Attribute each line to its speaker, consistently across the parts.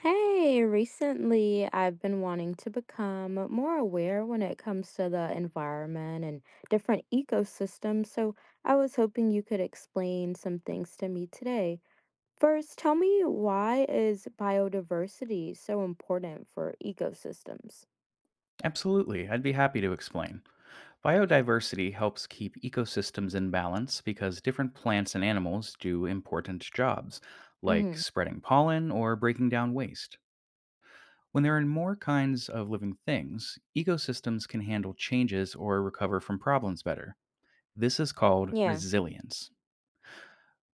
Speaker 1: Hey, recently I've been wanting to become more aware when it comes to the environment and different ecosystems, so I was hoping you could explain some things to me today. First, tell me, why is biodiversity so important for ecosystems?
Speaker 2: Absolutely, I'd be happy to explain. Biodiversity helps keep ecosystems in balance because different plants and animals do important jobs, like
Speaker 1: Mm-hmm.
Speaker 2: spreading pollen or breaking down waste. When there are more kinds of living things, ecosystems can handle changes or recover from problems better. This is called resilience.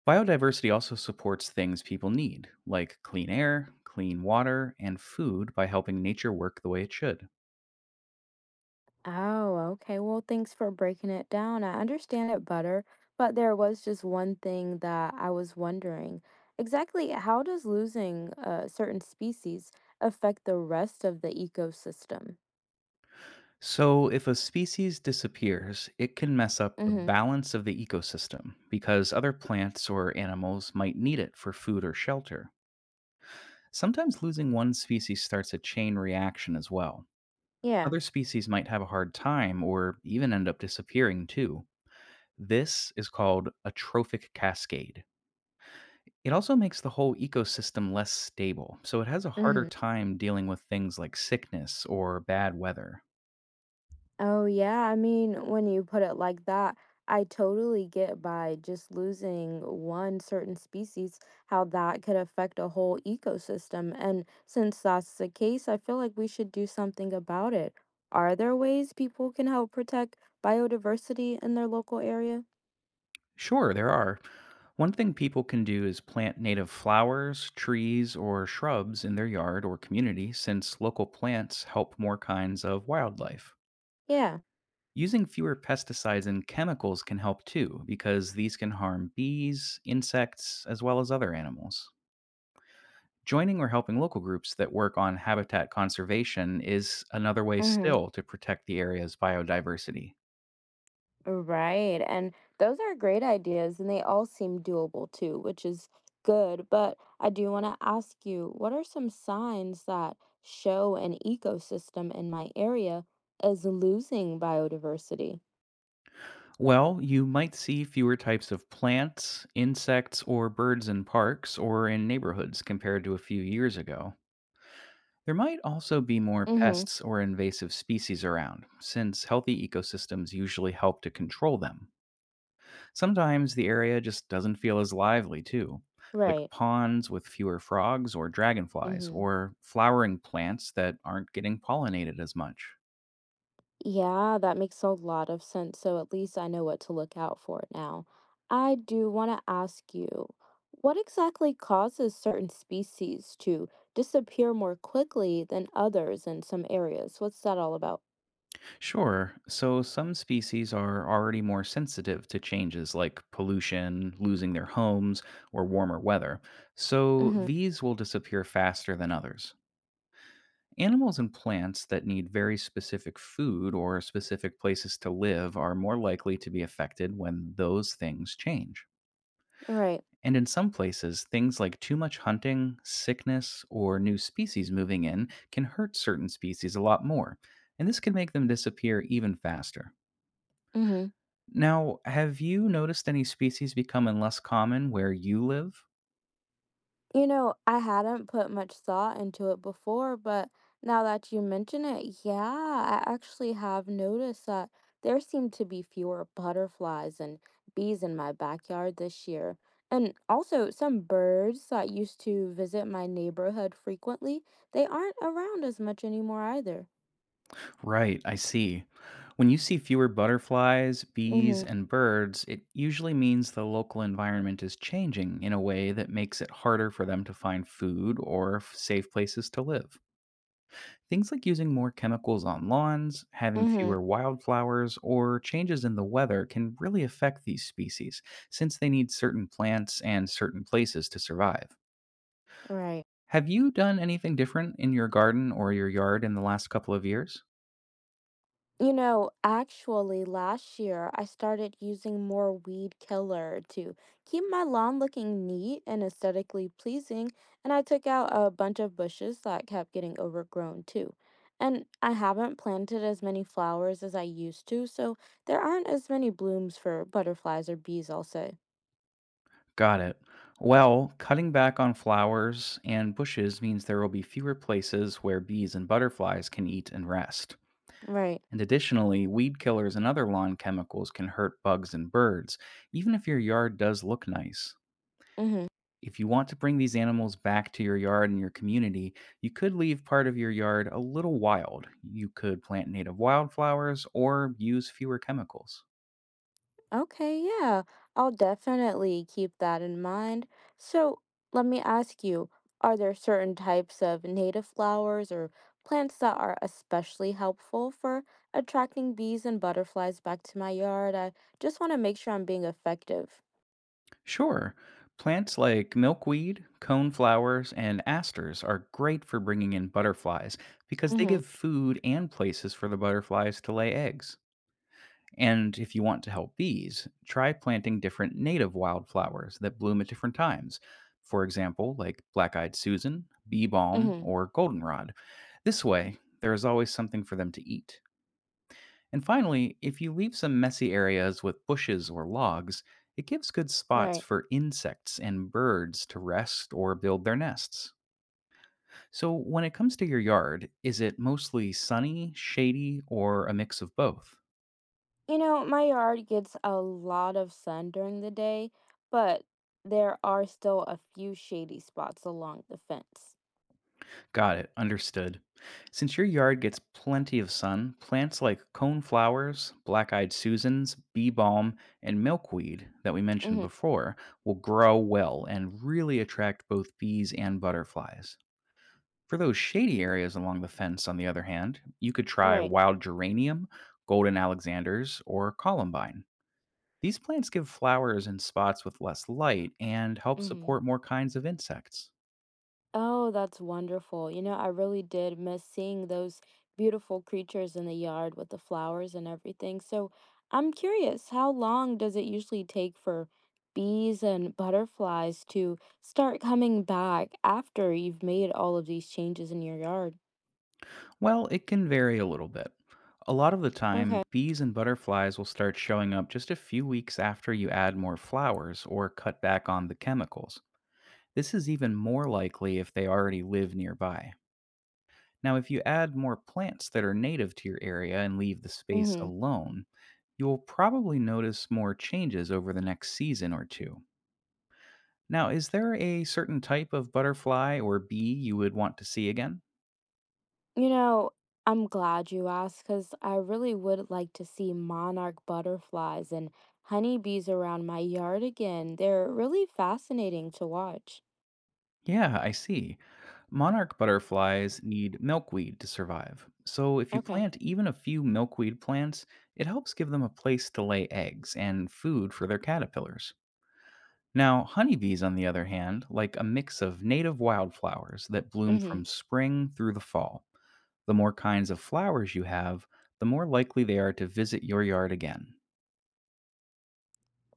Speaker 2: Biodiversity also supports things people need, like clean air, clean water, and food by helping nature work the way it should.
Speaker 1: Oh, okay. Well, thanks for breaking it down. I understand it better, but there was just one thing that I was wondering. Exactly how does losing a certain species affect the rest of the ecosystem?
Speaker 2: So, if a species disappears, it can mess up the
Speaker 1: Mm-hmm.
Speaker 2: balance of the ecosystem because other plants or animals might need it for food or shelter. Sometimes losing one species starts a chain reaction as well.
Speaker 1: Yeah.
Speaker 2: Other species might have a hard time or even end up disappearing too. This is called a trophic cascade. It also makes the whole ecosystem less stable, so it has a harder
Speaker 1: Mm-hmm.
Speaker 2: time dealing with things like sickness or bad weather.
Speaker 1: Oh, yeah. When you put it like that, I totally get by just losing one certain species, how that could affect a whole ecosystem. And since that's the case, I feel like we should do something about it. Are there ways people can help protect biodiversity in their local area?
Speaker 2: Sure, there are. One thing people can do is plant native flowers, trees, or shrubs in their yard or community since local plants help more kinds of wildlife.
Speaker 1: Yeah.
Speaker 2: Using fewer pesticides and chemicals can help too, because these can harm bees, insects, as well as other animals. Joining or helping local groups that work on habitat conservation is another way
Speaker 1: Mm-hmm.
Speaker 2: still to protect the area's biodiversity.
Speaker 1: Right. And those are great ideas, and they all seem doable too, which is good. But I do want to ask you, what are some signs that show an ecosystem in my area is losing biodiversity?
Speaker 2: Well, you might see fewer types of plants, insects, or birds in parks or in neighborhoods compared to a few years ago. There might also be more
Speaker 1: Mm-hmm.
Speaker 2: pests or invasive species around, since healthy ecosystems usually help to control them. Sometimes the area just doesn't feel as lively, too, like
Speaker 1: Right.
Speaker 2: ponds with fewer frogs or dragonflies,
Speaker 1: Mm-hmm.
Speaker 2: or flowering plants that aren't getting pollinated as much.
Speaker 1: Yeah, that makes a lot of sense. So at least I know what to look out for now. I do want to ask you, what exactly causes certain species to disappear more quickly than others in some areas? What's that all about?
Speaker 2: Sure, so some species are already more sensitive to changes like pollution, losing their homes, or warmer weather, so
Speaker 1: Mm-hmm.
Speaker 2: these will disappear faster than others. Animals and plants that need very specific food or specific places to live are more likely to be affected when those things change.
Speaker 1: Right.
Speaker 2: And in some places, things like too much hunting, sickness, or new species moving in can hurt certain species a lot more, and this can make them disappear even faster.
Speaker 1: Mm-hmm.
Speaker 2: Now, have you noticed any species becoming less common where you live?
Speaker 1: I hadn't put much thought into it before, but now that you mention it, yeah, I actually have noticed that there seem to be fewer butterflies and bees in my backyard this year. And also, some birds that used to visit my neighborhood frequently, they aren't around as much anymore either.
Speaker 2: Right, I see. When you see fewer butterflies, bees,
Speaker 1: Mm-hmm.
Speaker 2: and birds, it usually means the local environment is changing in a way that makes it harder for them to find food or safe places to live. Things like using more chemicals on lawns, having
Speaker 1: Mm-hmm.
Speaker 2: fewer wildflowers, or changes in the weather can really affect these species since they need certain plants and certain places to survive.
Speaker 1: Right.
Speaker 2: Have you done anything different in your garden or your yard in the last couple of years?
Speaker 1: Actually, last year I started using more weed killer to keep my lawn looking neat and aesthetically pleasing, and I took out a bunch of bushes that kept getting overgrown too. And I haven't planted as many flowers as I used to, so there aren't as many blooms for butterflies or bees, I'll say.
Speaker 2: Got it. Well, cutting back on flowers and bushes means there will be fewer places where bees and butterflies can eat and rest.
Speaker 1: Right.
Speaker 2: And additionally, weed killers and other lawn chemicals can hurt bugs and birds, even if your yard does look nice.
Speaker 1: Mm-hmm.
Speaker 2: If you want to bring these animals back to your yard and your community, you could leave part of your yard a little wild. You could plant native wildflowers or use fewer chemicals.
Speaker 1: Okay, yeah, I'll definitely keep that in mind. So let me ask you, are there certain types of native flowers or plants that are especially helpful for attracting bees and butterflies back to my yard? I just want to make sure I'm being effective.
Speaker 2: Sure, plants like milkweed, coneflowers, and asters are great for bringing in butterflies because they
Speaker 1: Mm-hmm.
Speaker 2: give food and places for the butterflies to lay eggs. And if you want to help bees, try planting different native wildflowers that bloom at different times. For example, like black eyed Susan, bee balm,
Speaker 1: Mm-hmm.
Speaker 2: or goldenrod. This way, there is always something for them to eat. And finally, if you leave some messy areas with bushes or logs, it gives good spots
Speaker 1: Right.
Speaker 2: for insects and birds to rest or build their nests. So, when it comes to your yard, is it mostly sunny, shady, or a mix of both?
Speaker 1: My yard gets a lot of sun during the day, but there are still a few shady spots along the fence.
Speaker 2: Got it. Understood. Since your yard gets plenty of sun, plants like coneflowers, black eyed Susans, bee balm, and milkweed that we mentioned
Speaker 1: Mm-hmm.
Speaker 2: before will grow well and really attract both bees and butterflies. For those shady areas along the fence, on the other hand, you could try
Speaker 1: Right.
Speaker 2: wild geranium, golden alexanders, or columbine. These plants give flowers in spots with less light and help
Speaker 1: Mm-hmm.
Speaker 2: support more kinds of insects.
Speaker 1: Oh, that's wonderful. You know, I really did miss seeing those beautiful creatures in the yard with the flowers and everything. So I'm curious, how long does it usually take for bees and butterflies to start coming back after you've made all of these changes in your yard?
Speaker 2: Well, it can vary a little bit. A lot of the
Speaker 1: Okay.
Speaker 2: time, bees and butterflies will start showing up just a few weeks after you add more flowers or cut back on the chemicals. This is even more likely if they already live nearby. Now, if you add more plants that are native to your area and leave the space
Speaker 1: Mm-hmm.
Speaker 2: alone, you'll probably notice more changes over the next season or two. Now, is there a certain type of butterfly or bee you would want to see again?
Speaker 1: You know, I'm glad you asked because I really would like to see monarch butterflies and honeybees around my yard again. They're really fascinating to watch.
Speaker 2: Yeah, I see. Monarch butterflies need milkweed to survive. So if you
Speaker 1: Okay.
Speaker 2: plant even a few milkweed plants, it helps give them a place to lay eggs and food for their caterpillars. Now, honeybees, on the other hand, like a mix of native wildflowers that bloom
Speaker 1: Mm-hmm.
Speaker 2: from spring through the fall. The more kinds of flowers you have, the more likely they are to visit your yard again.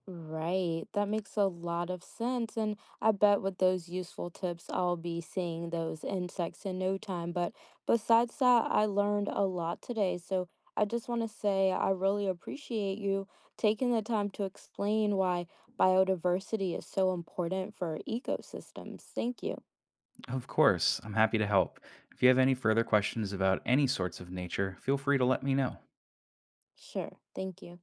Speaker 1: Right. That makes a lot of sense. And I bet with those useful tips, I'll be seeing those insects in no time. But besides that, I learned a lot today. So I just want to say I really appreciate you taking the time to explain why biodiversity is so important for ecosystems. Thank you.
Speaker 2: Of course, I'm happy to help. If you have any further questions about any sorts of nature, feel free to let me know.
Speaker 1: Sure. Thank you.